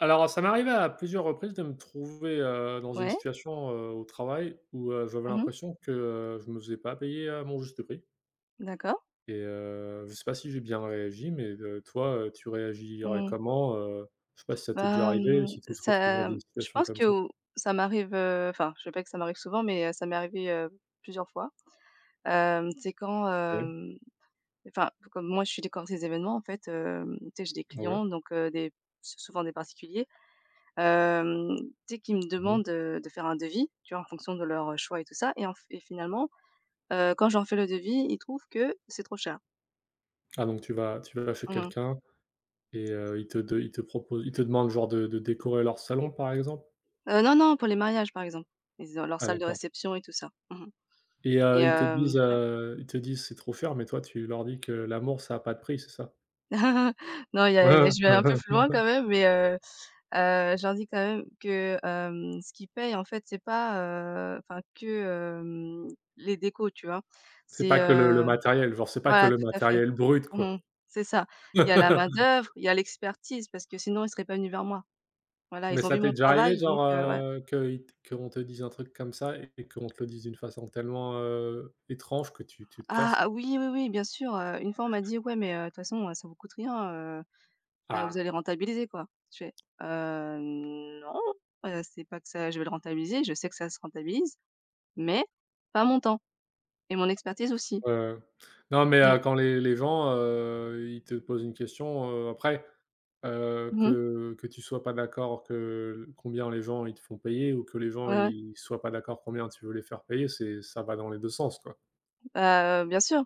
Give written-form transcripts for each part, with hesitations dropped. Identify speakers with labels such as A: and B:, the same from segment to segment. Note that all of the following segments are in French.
A: Alors, ça m'est arrivé à plusieurs reprises de me trouver, dans une
B: Ouais.
A: situation, au travail où, j'avais
B: Mmh.
A: l'impression que, je me faisais pas payer, mon juste prix.
B: D'accord.
A: Et je sais pas si j'ai bien réagi, mais, toi, tu réagirais
B: Mmh.
A: comment? Je sais pas si ça t'est déjà
B: Bah,
A: arrivé, si tu te retrouves dans une
B: je
A: situation
B: pense
A: comme
B: que
A: ça?
B: ou- ça m'arrive, enfin, je sais pas que ça m'arrive souvent, mais ça m'est arrivé, plusieurs fois. C'est quand,
A: OK.
B: enfin, comme moi, je suis décor des événements en fait, tu sais, j'ai des
A: Ah ouais.
B: clients, donc des souvent des particuliers, hem, tu sais, qui me
A: Mmh.
B: demandent, de faire un devis, tu vois, en fonction de leur choix et tout ça et en f et finalement, quand j'en fais le devis, ils trouvent que c'est trop cher.
A: Ah donc tu vas chez
B: Mmh mh.
A: quelqu'un et il te demande genre de décorer leur salon, par exemple?
B: Non, non, pour les mariages, par exemple. Ils ont leur
A: Ah
B: salle de
A: d'accord.
B: réception et tout ça. Mmh.
A: Et
B: Et
A: ils te
B: hem
A: disent,
B: ouais.
A: «C'est trop cher», mais toi, tu leur dis que l'amour, ça a pas de prix, c'est ça?
B: Non, il y
A: Ouais,
B: a il y a
A: ouais,
B: je vais un
A: ouais,
B: peu plus
A: ouais,
B: loin
A: ouais.
B: quand même, mais je leur dis quand même que, ce qui paye en fait, c'est pas, enfin que, hem, les décos, tu vois?
A: C'est
B: C'est,
A: pas que le
B: heu
A: matériel, genre, c'est pas que
B: voilà,
A: le
B: tout à fait.
A: matériel brut, quoi.
B: Mmh. C'est ça. Il y a la main-d'œuvre, il y a l'expertise parce que sinon ils seraient pas venus vers moi. Voilà,
A: Mais
B: ils ont
A: ça
B: vu
A: t'est
B: mon
A: déjà arrivé,
B: travail donc
A: genre,
B: ouais.
A: que qu'on te dise un truc comme ça et qu'on te le dise d'une façon tellement, étrange que tu te
B: Ah
A: casses?
B: ah oui, oui, oui, bien sûr, une fois on m'a dit: «Ouais mais de toute façon, ça vous coûte rien, vous
A: Ah,
B: allez rentabiliser quoi». Je fais: «Non, c'est pas que ça je vais le rentabiliser, je sais que ça se rentabilise, mais pas mon temps et mon expertise aussi».
A: ouais, ouais. Non, mais,
B: Mmh.
A: quand les gens, ils te posent une question, après,
B: Mmh.
A: que tu sois pas d'accord que combien les gens ils te font payer ou que les gens
B: Ouais, ouais.
A: ils soient pas d'accord combien tu veux les faire payer, c'est ça va dans les 2 sens, quoi.
B: Bah, bien sûr,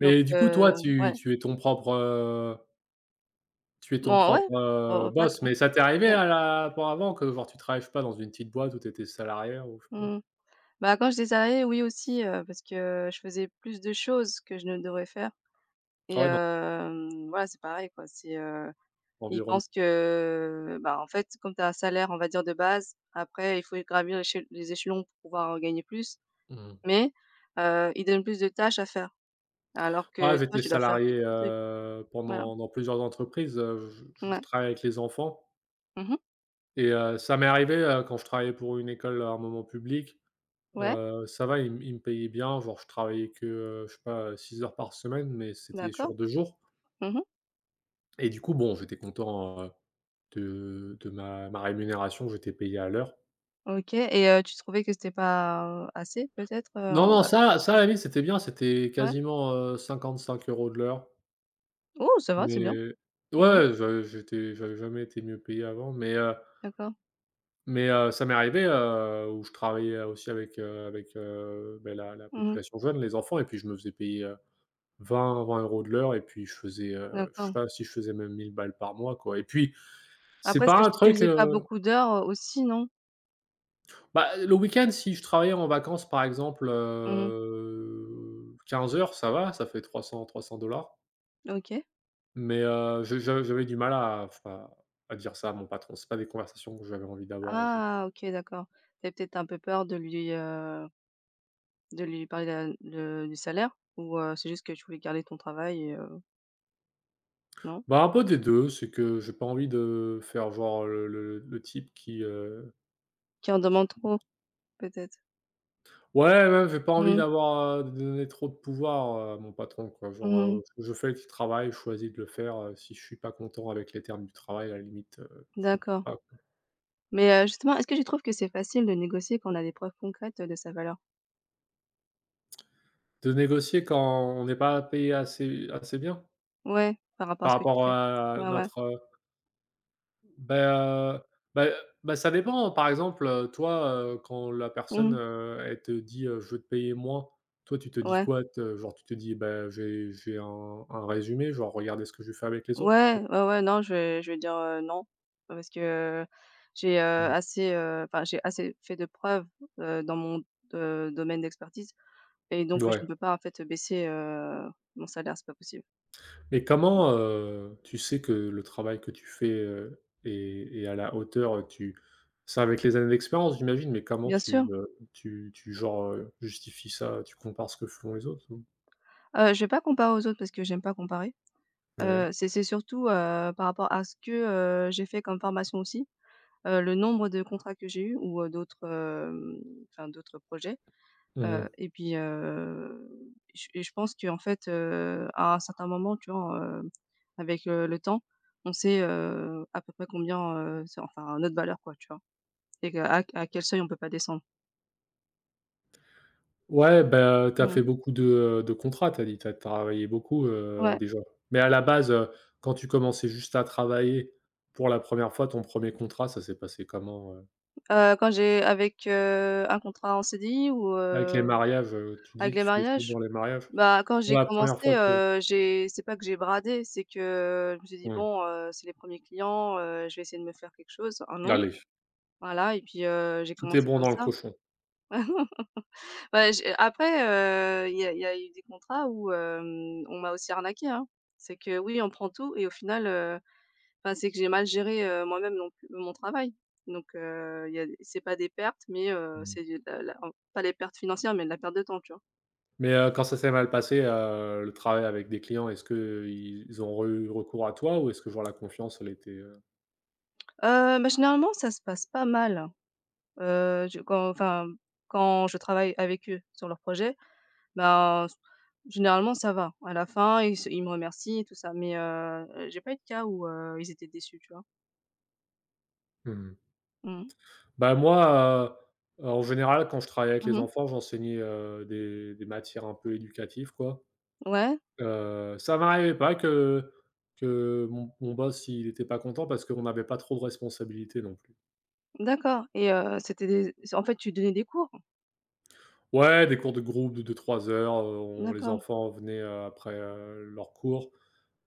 B: donc
A: du coup, toi,
B: ouais.
A: tu es ton propre,
B: Bon, ouais, oh,
A: boss,
B: patron,
A: mais ça t'est arrivé
B: ouais.
A: à la auparavant que genre tu travailles, je sais pas, dans une petite boîte où tu étais salarié ou je sais
B: Mmh. Bah, quand j'étais salariée, oui aussi, parce que je faisais plus de choses que je ne devrais faire et
A: pas? Ouais, dans
B: voilà, c'est pareil quoi. Ils
A: l'environnement.
B: pensent que, bah, en fait, comme tu as un salaire, on va dire, de base, après il faut gravir l'éche les échelons pour pouvoir, gagner plus,
A: Mmh.
B: mais ils donnent plus de tâches à faire, alors
A: Ah,
B: que toi,
A: j'étais
B: tu dois faire que
A: salarié,
B: de trucs. Voilà.
A: pendant dans plusieurs entreprises, je
B: Ouais.
A: travaillais avec les enfants
B: Mmh.
A: et ça m'est arrivé, quand je travaillais pour une école à un moment public.
B: Ouais,
A: Ça va, ils me payaient bien, genre je travaillais que, je sais pas, 6 heures par semaine, mais c'était
B: d'accord.
A: sur 2 jours.
B: Mmh.
A: Et du coup, bon, j'étais content, de ma ma rémunération, j'étais payé à l'heure.
B: OK, et tu trouvais que c'était pas assez peut-être,
A: Non, non, ça à
B: mmh,
A: la limite, c'était bien, c'était
B: ouais?
A: quasiment, 55 euros de l'heure.
B: Oh, ça va, c'est
A: Mais
B: bien. Mmh.
A: ouais, je j'étais j'avais jamais été mieux payé avant, mais heu
B: D'accord.
A: mais heu, ça m'est arrivé, où je travaillais aussi avec, beh, la
B: Mmh.
A: population jeune, les enfants. Et puis je me faisais payer, 20-20 euros de l'heure et puis je faisais, je sais
B: D'accord.
A: pas si je faisais même 1 000 balles par mois, quoi. Et puis c'est
B: Après, c'est
A: pas
B: parce
A: un
B: que tu
A: truc
B: faisais pas beaucoup d'heures, aussi, non?
A: Bah, le week-end, si je travaillais en vacances, par exemple,
B: Mmh.
A: 15 heures, ça va, ça fait 300-300.
B: OK.
A: Mais, je j'avais du mal à, enfin, à dire ça à mon patron. C'est pas des conversations que j'avais envie d'avoir en général.
B: Ah, OK, d'accord. Tu peut-être un peu peur de lui parler de la le du salaire? Ou, c'est juste que tu voulais garder ton travail et non?
A: Bah, un peu des deux, c'est que j'ai pas envie de faire genre le type qui
B: Qui en demande trop, peut-être?
A: ouais, même j'ai pas envie
B: Mmh.
A: d'avoir, de donner trop de pouvoir à mon patron, quoi. Genre,
B: Mmh.
A: je fais le travail, je choisis de le faire, si je suis pas content avec les termes du travail, à la limite, je le
B: D'accord.
A: prends pas, quoi.
B: Mais, justement, est-ce que tu trouves que c'est facile de négocier quand on a des preuves concrètes, de sa valeur?
A: De négocier quand on n'est pas payé assez bien?
B: Ouais, par rapport à
A: Par
B: ce que tu
A: rapport
B: fais.
A: à
B: Ouais, ouais.
A: notre, bah, heu, bah, ça dépend. Par exemple, toi, quand la personne,
B: Mmh.
A: elle te dit: «Je veux te payer moins», toi, tu te dis
B: Ouais.
A: quoi? Te Genre, tu te dis: «Bah, j'ai un résumé, genre regardez ce que je fais avec les autres». Tu vois?
B: Ouais, ouais, ouais, non, je vais dire, non, parce que j'ai,
A: Mm.
B: assez, enfin, j'ai assez fait de preuves, dans mon, domaine d'expertise. Et donc, je
A: Ouais.
B: ne peux pas, en fait, baisser, mon salaire, c'est pas possible.
A: Mais comment, tu sais que le travail que tu fais, est à la hauteur, tu c'est avec les années d'expérience, j'imagine, mais comment
B: Bien sûr,
A: tu, genre, justifies ça? Tu compares ce que font les autres ou?
B: je vais pas comparer aux autres parce que j'aime pas comparer.
A: Ouais.
B: C'est surtout, par rapport à ce que, j'ai fait comme formation aussi, le nombre de contrats que j'ai eu ou, d'autres, enfin d'autres projets,
A: Mmh.
B: et puis, je et je pense qu'en fait, à un certain moment, tu vois, avec, le temps, on sait, à peu près combien, c'est enfin notre valeur quoi, tu vois? Et que à quel seuil on peut pas descendre.
A: Ouais, bah, tu as
B: Mmh.
A: fait beaucoup de contrats, tu as dit. Tu as travaillé beaucoup,
B: Ouais.
A: déjà. Mais à la base, quand tu commençais juste à travailler pour la première fois, ton premier contrat, ça s'est passé comment?
B: Quand j'ai avec, un contrat en CDI ou,
A: Avec les mariages, tu dis
B: avec
A: que
B: les
A: tu fais tout
B: mariages?
A: dans les mariages.
B: Bah, quand
A: Pour
B: j'ai
A: la première
B: commencé,
A: fois que
B: j'ai c'est pas que j'ai bradé, c'est que je me suis dit:
A: mmh,
B: «Bon, c'est les premiers clients, je vais essayer de me faire quelque chose, un nom».
A: allez.
B: Voilà et puis, j'ai
A: Tout est
B: commencé
A: bon
B: comme
A: dans le
B: ça.
A: cochon.
B: Bah, j'ai après, il y a eu des contrats où, on m'a aussi arnaquée, hein. C'est que oui, on prend tout et au final, enfin, c'est que j'ai mal géré, moi-même non plus mon travail. Donc il y a c'est pas des pertes, mais
A: Mmh.
B: c'est de la pas les pertes financières, mais de la perte de temps, tu vois?
A: Mais, quand ça s'est mal passé, le travail avec des clients, est-ce qu'ils ont eu recours à toi ou est-ce que genre la confiance, elle était?
B: Généralement, ça se passe pas mal. Heu, je quand enfin, quand je travaille avec eux sur leurs projets, ben, s généralement, ça va. À la fin, ils me remercient et tout ça, mais j'ai pas eu de cas où, ils étaient déçus, tu vois?
A: Mmh.
B: Mhm. Mh.
A: Bah, moi, en général, quand je travaillais avec les
B: Mmh.
A: enfants, j'enseignais, des matières un peu éducatives, quoi.
B: Ouais,
A: Ça m'arrivait pas que mon boss, il était pas content parce qu'on n'avait pas trop de responsabilités non plus.
B: d'accord, et c'était des en fait, tu donnais des cours?
A: Ouais, des cours de groupe de 2-3 heures, on les
B: D'accord.
A: enfants venaient, après, leurs cours.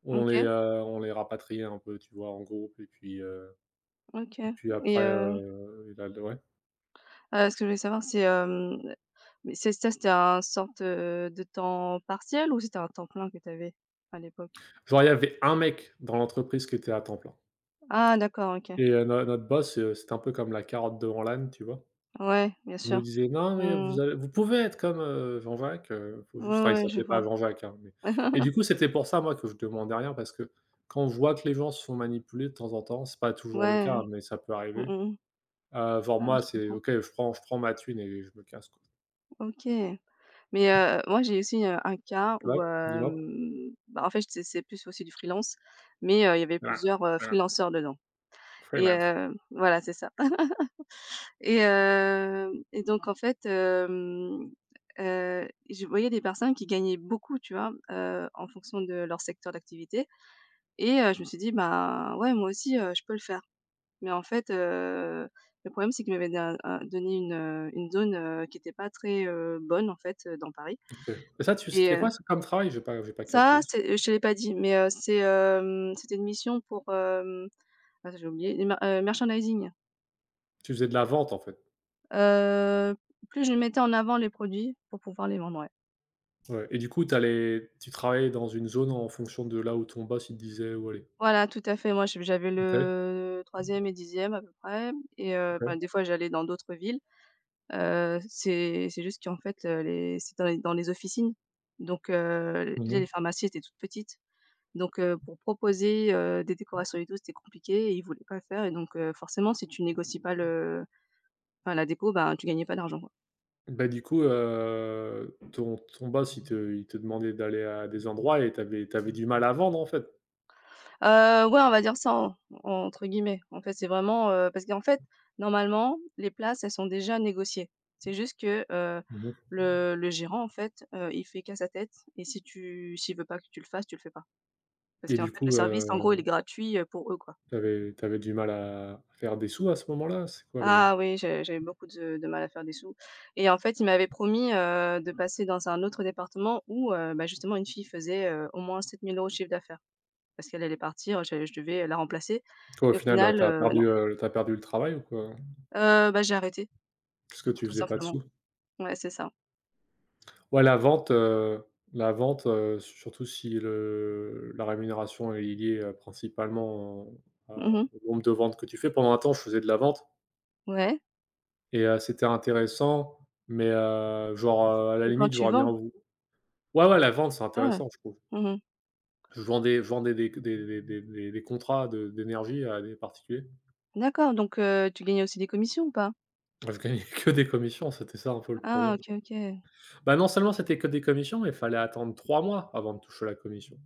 A: On les,
B: OK,
A: rapatriait un peu, tu vois, en groupe et puis, heu
B: OK,
A: et puis
B: et
A: après, il a ouais.
B: Ce que je voulais savoir, c'est, mais c'est ça, c'était un sorte, de temps partiel ou c'était un temps plein que tu avais à l'époque?
A: Genre, il y avait un mec dans l'entreprise qui était à temps plein
B: Ah, d'accord, OK.
A: et no notre boss, c'était un peu comme la carotte devant l'âne, tu vois?
B: Ouais, bien
A: Il nous
B: sûr.
A: disait: «Non, mais
B: Mmh.
A: vous pouvez être comme, Jean-Jacques, faut
B: Ouais,
A: juste», enfin, il
B: ouais, je
A: s'appelait pas
B: vois.
A: Jean-Jacques, hein, mais. Et du coup, c'était pour ça, moi, que je demandais rien parce que quand on voit que les gens se font manipuler de temps en temps, c'est pas toujours le
B: Ouais.
A: cas, mais ça peut
B: Mmh
A: arriver.
B: mh.
A: Voir
B: Ah,
A: moi,
B: je
A: c'est
B: comprends.
A: OK, je prends ma thune et je me casse, quoi.
B: OK. Mais, moi j'ai aussi, un cas
A: Ouais,
B: où,
A: dis-moi?
B: bah, en fait, c'est plus aussi du freelance, mais, il y avait
A: Ouais,
B: plusieurs,
A: voilà,
B: freelanceurs dedans et
A: freelance.
B: voilà, c'est ça. Et donc en fait, je voyais des personnes qui gagnaient beaucoup, tu vois? En fonction de leur secteur d'activité et je me suis dit: «Ben, ouais, moi aussi, je peux le faire». Mais en fait, le problème, c'est qu'ils m'avaient da un donné une zone, qui n'était pas très, bonne en fait, dans Paris
A: OK. Et ça, tu
B: et
A: c'était quoi, c'est comme travail? J'ai pas
B: ça,
A: capté.
B: c'est je te l'ai pas dit, mais c'était une mission pour, ah, j'ai oublié, le mer merchandising.
A: Tu faisais de la vente, en fait?
B: Heu, plus je mettais en avant les produits pour pouvoir les vendre, ouais.
A: Ouais. Et du coup, tu travaillais dans une zone en fonction de là où ton boss, il te disait où aller?
B: Voilà, tout à fait. Moi, je j'avais
A: OK,
B: le troisième et 10e à peu près et enfin,
A: OK.
B: des fois, j'allais dans d'autres villes. C'est juste qu'en fait, les c'est dans les officines donc
A: Mmh
B: les
A: mh.
B: pharmacies étaient toutes petites donc pour proposer, des décorations et tout, c'était compliqué et ils voulaient pas le faire et donc forcément, si tu négocies pas le enfin, la déco, ben, tu gagnais pas d'argent.
A: Bah, du coup, ton boss, il te demandait d'aller à des endroits et t'avais du mal à vendre, en fait?
B: Ouais, on va dire ça en entre guillemets. En fait, c'est vraiment, parce qu'en fait, normalement, les places, elles sont déjà négociées. C'est juste que,
A: Mmh.
B: le gérant, en fait, il fait qu'à sa tête et si tu s'il veut pas que tu le fasses, tu le fais pas. Parce
A: Et
B: qu'en
A: du
B: fait, le
A: coup,
B: service, en gros, il est gratuit, pour eux, quoi.
A: t'avais avais du mal à faire des sous à ce moment-là? C'est quoi le.
B: Ah oui, j'avais beaucoup de mal à faire des sous et en fait, il m'avait promis, de passer dans un autre département où, bah, justement une fille faisait, au moins 7 000 € de chiffre d'affaires parce qu'elle allait partir, je devais la remplacer
A: Toi, au
B: et au
A: final,
B: final, non.
A: tu perdu le travail ou quoi?
B: Bah, j'ai arrêté,
A: Parce que
B: tout
A: tu
B: tout
A: faisais pas de
B: simplement.
A: sous?
B: Ouais, c'est ça.
A: Ouais, la vente, surtout si le la rémunération est liée, principalement à
B: Mmh mh.
A: au nombre de ventes que tu fais. Pendant un temps, je faisais de la vente
B: Ouais,
A: et c'était intéressant, mais genre, à la
B: que quand
A: limite,
B: tu
A: j'aurais bien
B: vends?
A: vou ouais, ouais, la vente, c'est
B: Ah!
A: intéressant, je trouve.
B: Mmh mh.
A: Je vendais des contrats de d'énergie à des particuliers.
B: D'accord, donc tu gagnais aussi des commissions ou pas?
A: Je gagnais que des commissions, c'était ça un peu le
B: Ah,
A: problème.
B: OK, OK.
A: Bah, non seulement c'était que des commissions, mais il fallait attendre 3 mois avant de toucher la commission.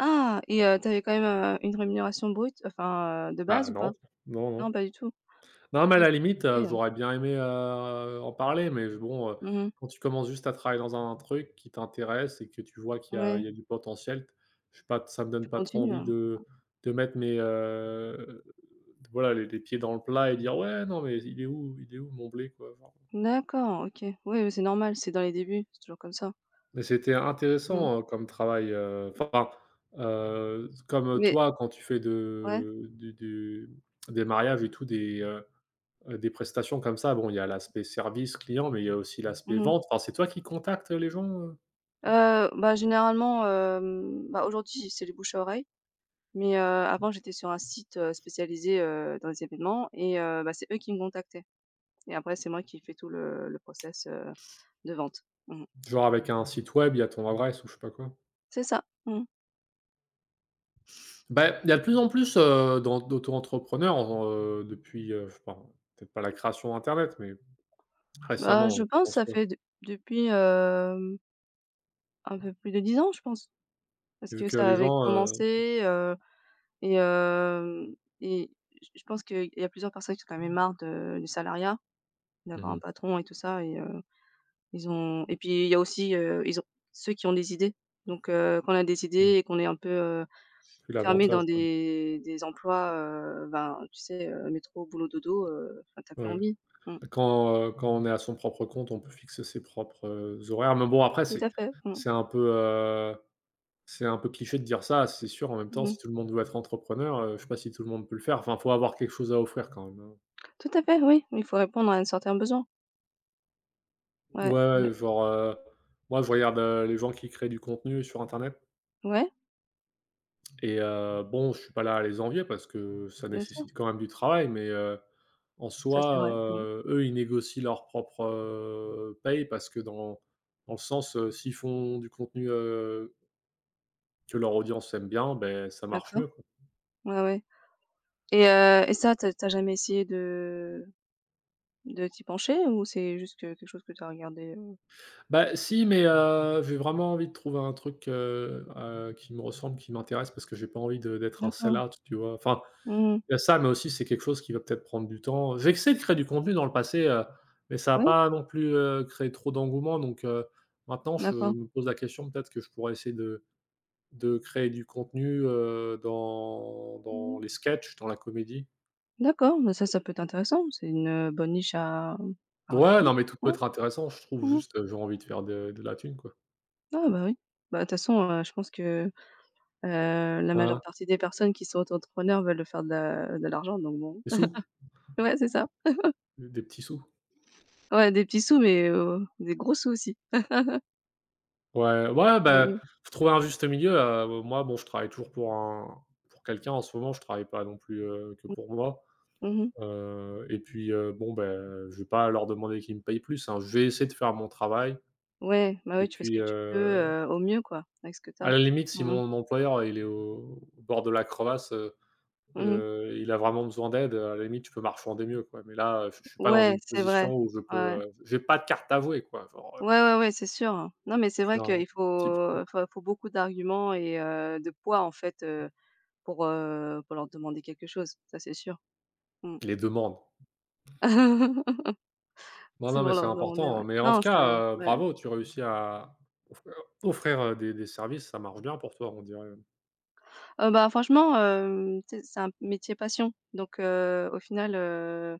B: Ah, et tu avais quand même, une rémunération brute, enfin, de base
A: Bah,
B: ou pas?
A: non, non,
B: Non,
A: non.
B: pas du tout?
A: Non, mais
B: Ah
A: à
B: oui,
A: la
B: c'est
A: limite,
B: compliqué, hein.
A: j'aurais bien aimé, en parler, mais bon,
B: Mmh mh.
A: quand tu commences juste à travailler dans un truc qui t'intéresse et que tu vois qu'
B: Ouais,
A: il y a du potentiel, je sais pas, ça me
B: tu
A: donne pas trop
B: continues,
A: envie
B: hein.
A: de mettre mes, voilà, les pieds dans le plat et dire: «Ouais, non, mais il est où mon blé?» quoi, genre.
B: D'accord, OK. Oui, oui, c'est normal, c'est dans les débuts, c'est toujours comme ça.
A: Mais c'était
B: Mmh.
A: intéressant, comme travail, enfin, comme
B: Mais
A: toi quand tu fais
B: ouais.
A: de du des mariages et tout, des prestations comme ça, bon, il y a l'aspect service client, mais il y a aussi l'aspect
B: Mmh mh.
A: vente. Enfin, c'est toi qui contactes les gens?
B: Généralement, bah, aujourd'hui, c'est le bouche à oreille. Mais, avant j'étais sur un site, spécialisé, dans les événements et bah, c'est eux qui me contactaient et après c'est moi qui fais tout le process, de vente. Mmh.
A: Genre avec un site web, il y a ton adresse ou je sais pas quoi?
B: C'est ça. Mmh.
A: Ben, il y a de plus en plus, d'auto-entrepreneurs en, depuis, enfin, peut-être pas la création internet, mais
B: Bah,
A: récemment,
B: je
A: je
B: pense que
A: pense,
B: ça
A: quoi?
B: fait de depuis, un peu plus de 10 ans je pense, parce
A: Vu
B: que
A: que
B: ça
A: les
B: avait
A: gens,
B: commencé, et hem et j je pense qu'il y a plusieurs personnes qui en même marre de du salariat, d'avoir un
A: mmh
B: patron et tout ça et ils ont et puis il y a aussi, ils ont ceux qui ont des idées. Donc, quand on a des
A: mh,
B: idées et qu'on est un peu,
A: vu
B: enfermé
A: l'avantage,
B: dans
A: ouais.
B: des emplois, ben, tu sais, métro, boulot, dodo, enfin, t'as plus
A: Ouais.
B: envie. Mmh.
A: Quand, quand on est à son propre compte, on peut fixer ses propres, horaires, mais bon après
B: Tout à fait. Mmh.
A: c'est un peu, heu, c'est un peu cliché de dire ça, c'est sûr. En même temps,
B: Mmh.
A: si tout le monde veut être entrepreneur, je sais pas si tout le monde peut le faire. Enfin, faut avoir quelque chose à offrir quand même, hein.
B: Tout à fait, oui, il faut répondre à un certain besoin.
A: Ouais,
B: Ouais, ouais.
A: ouais, genre, moi je regarde, les gens qui créent du contenu sur internet.
B: Ouais,
A: Et bon, je suis pas là à les envier parce que ça
B: bien sûr,
A: nécessite quand même du travail, mais en
B: ça, c'est
A: soi,
B: vrai. Mmh.
A: eux, ils négocient leur propre, paye parce que dans le sens, s'ils font du contenu, que leur audience aime bien, ben ça marche
B: D'accord.
A: mieux, quoi.
B: Ouais, ouais, et et ça, t'as as jamais essayé de t'y pencher ou c'est juste que quelque chose que tu as regardé?
A: Bah, si, mais j'ai vraiment envie de trouver un truc, qui me ressemble, qui m'intéresse parce que j'ai pas envie de d'être un sell
B: D'accord.
A: out, tu vois? Enfin,
B: Mmh.
A: il y a ça, mais aussi c'est quelque chose qui va peut-être prendre du temps. J'ai essayé de créer du contenu dans le passé, mais ça a
B: Ouais,
A: pas non plus, créé trop d'engouement, donc maintenant je
B: d'accord.
A: me pose la question, peut-être que je pourrais essayer de créer du contenu, dans
B: Mmh.
A: les sketchs, dans la comédie.
B: D'accord, mais ça peut être intéressant. C'est une bonne niche à
A: Ouais,
B: regarder.
A: non, mais tout
B: Ouais.
A: peut être intéressant, je trouve.
B: Mmh.
A: Juste, j'ai envie de faire de la thune, quoi.
B: Ah bah oui. Bah, de toute façon, je pense que, la
A: Hein
B: majeure
A: hein,
B: partie des personnes qui sont auto-entrepreneurs veulent faire de la de l'argent donc bon.
A: des sous,
B: Ouais, c'est ça.
A: des petits sous.
B: Ouais, des petits sous mais, des gros sous aussi.
A: Ouais, ouais,
B: Mmh
A: bah,
B: mh.
A: faut trouver un juste milieu, moi bon, je travaille toujours pour quelqu'un en ce moment, je travaille pas non plus, que
B: Mmh.
A: pour moi.
B: Mmh.
A: Et puis, bon, ben, je vais pas leur demander qu'ils me payent plus, hein. Je vais essayer de faire mon travail
B: Ouais, bah,
A: et
B: oui, tu fais ce que
A: puis,
B: tu peux, au mieux quoi, avec ce que t'as
A: à
B: as.
A: la limite, si
B: Mmh.
A: mon employeur, il est au bord de la crevasse,
B: Mmh.
A: il a vraiment besoin d'aide, à la limite, je peux marchander mieux, quoi. Mais là, je suis pas dans
B: Ouais,
A: une
B: c'est vrai.
A: position où je
B: Ouais, ouais.
A: peux, j'ai pas de carte à jouer, quoi. Genre,
B: Ouais, ouais, ouais, c'est sûr. Non mais c'est
A: je suis
B: vrai
A: un
B: qu'il faut,
A: type
B: faut beaucoup d'arguments et de poids en fait, pour leur demander quelque chose. Ça, c'est sûr. Mmh.
A: qui les demande. Non,
B: C'est
A: non, mais
B: pour
A: c'est
B: leur demander,
A: important, hein.
B: ouais.
A: Mais en
B: Non,
A: tout
B: c'est
A: cas,
B: ouais.
A: bravo, tu réussis à offrir offrir, des services, ça marche bien pour toi, on dirait.
B: Franchement, tu sais, c'est un métier passion. Donc au final,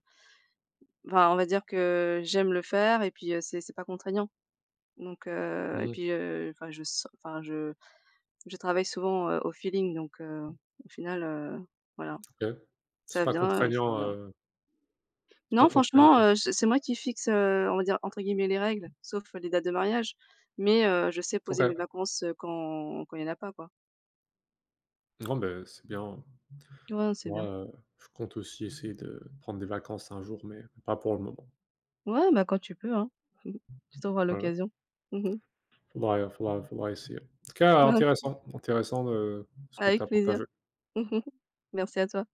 B: enfin, on va dire que j'aime le faire et puis, c'est pas contraignant. Donc et
A: Mmh.
B: puis, enfin, je s enfin, je travaille souvent, au feeling donc au final, voilà,
A: OK. C'est
B: ça
A: pas
B: vient, ça
A: contraignant
B: vient. Non,
A: Pas
B: franchement,
A: contraignant.
B: je c'est moi qui fixe, on va dire, entre guillemets, «les règles», sauf les dates de mariage, mais je sais poser
A: OK.
B: mes vacances, quand il y en a pas, quoi.
A: Non, ben c'est bien.
B: Ouais, c'est
A: Moi,
B: bien.
A: je compte aussi essayer de prendre des vacances un jour, mais pas pour le moment.
B: Ouais, bah, quand tu peux, hein. Tu trouveras
A: Voilà,
B: l'occasion. Mmh.
A: faudra essayer. En tout cas, intéressant, intéressant, ce que tu
B: Avec
A: as
B: plaisir.
A: partagé.
B: Merci à toi.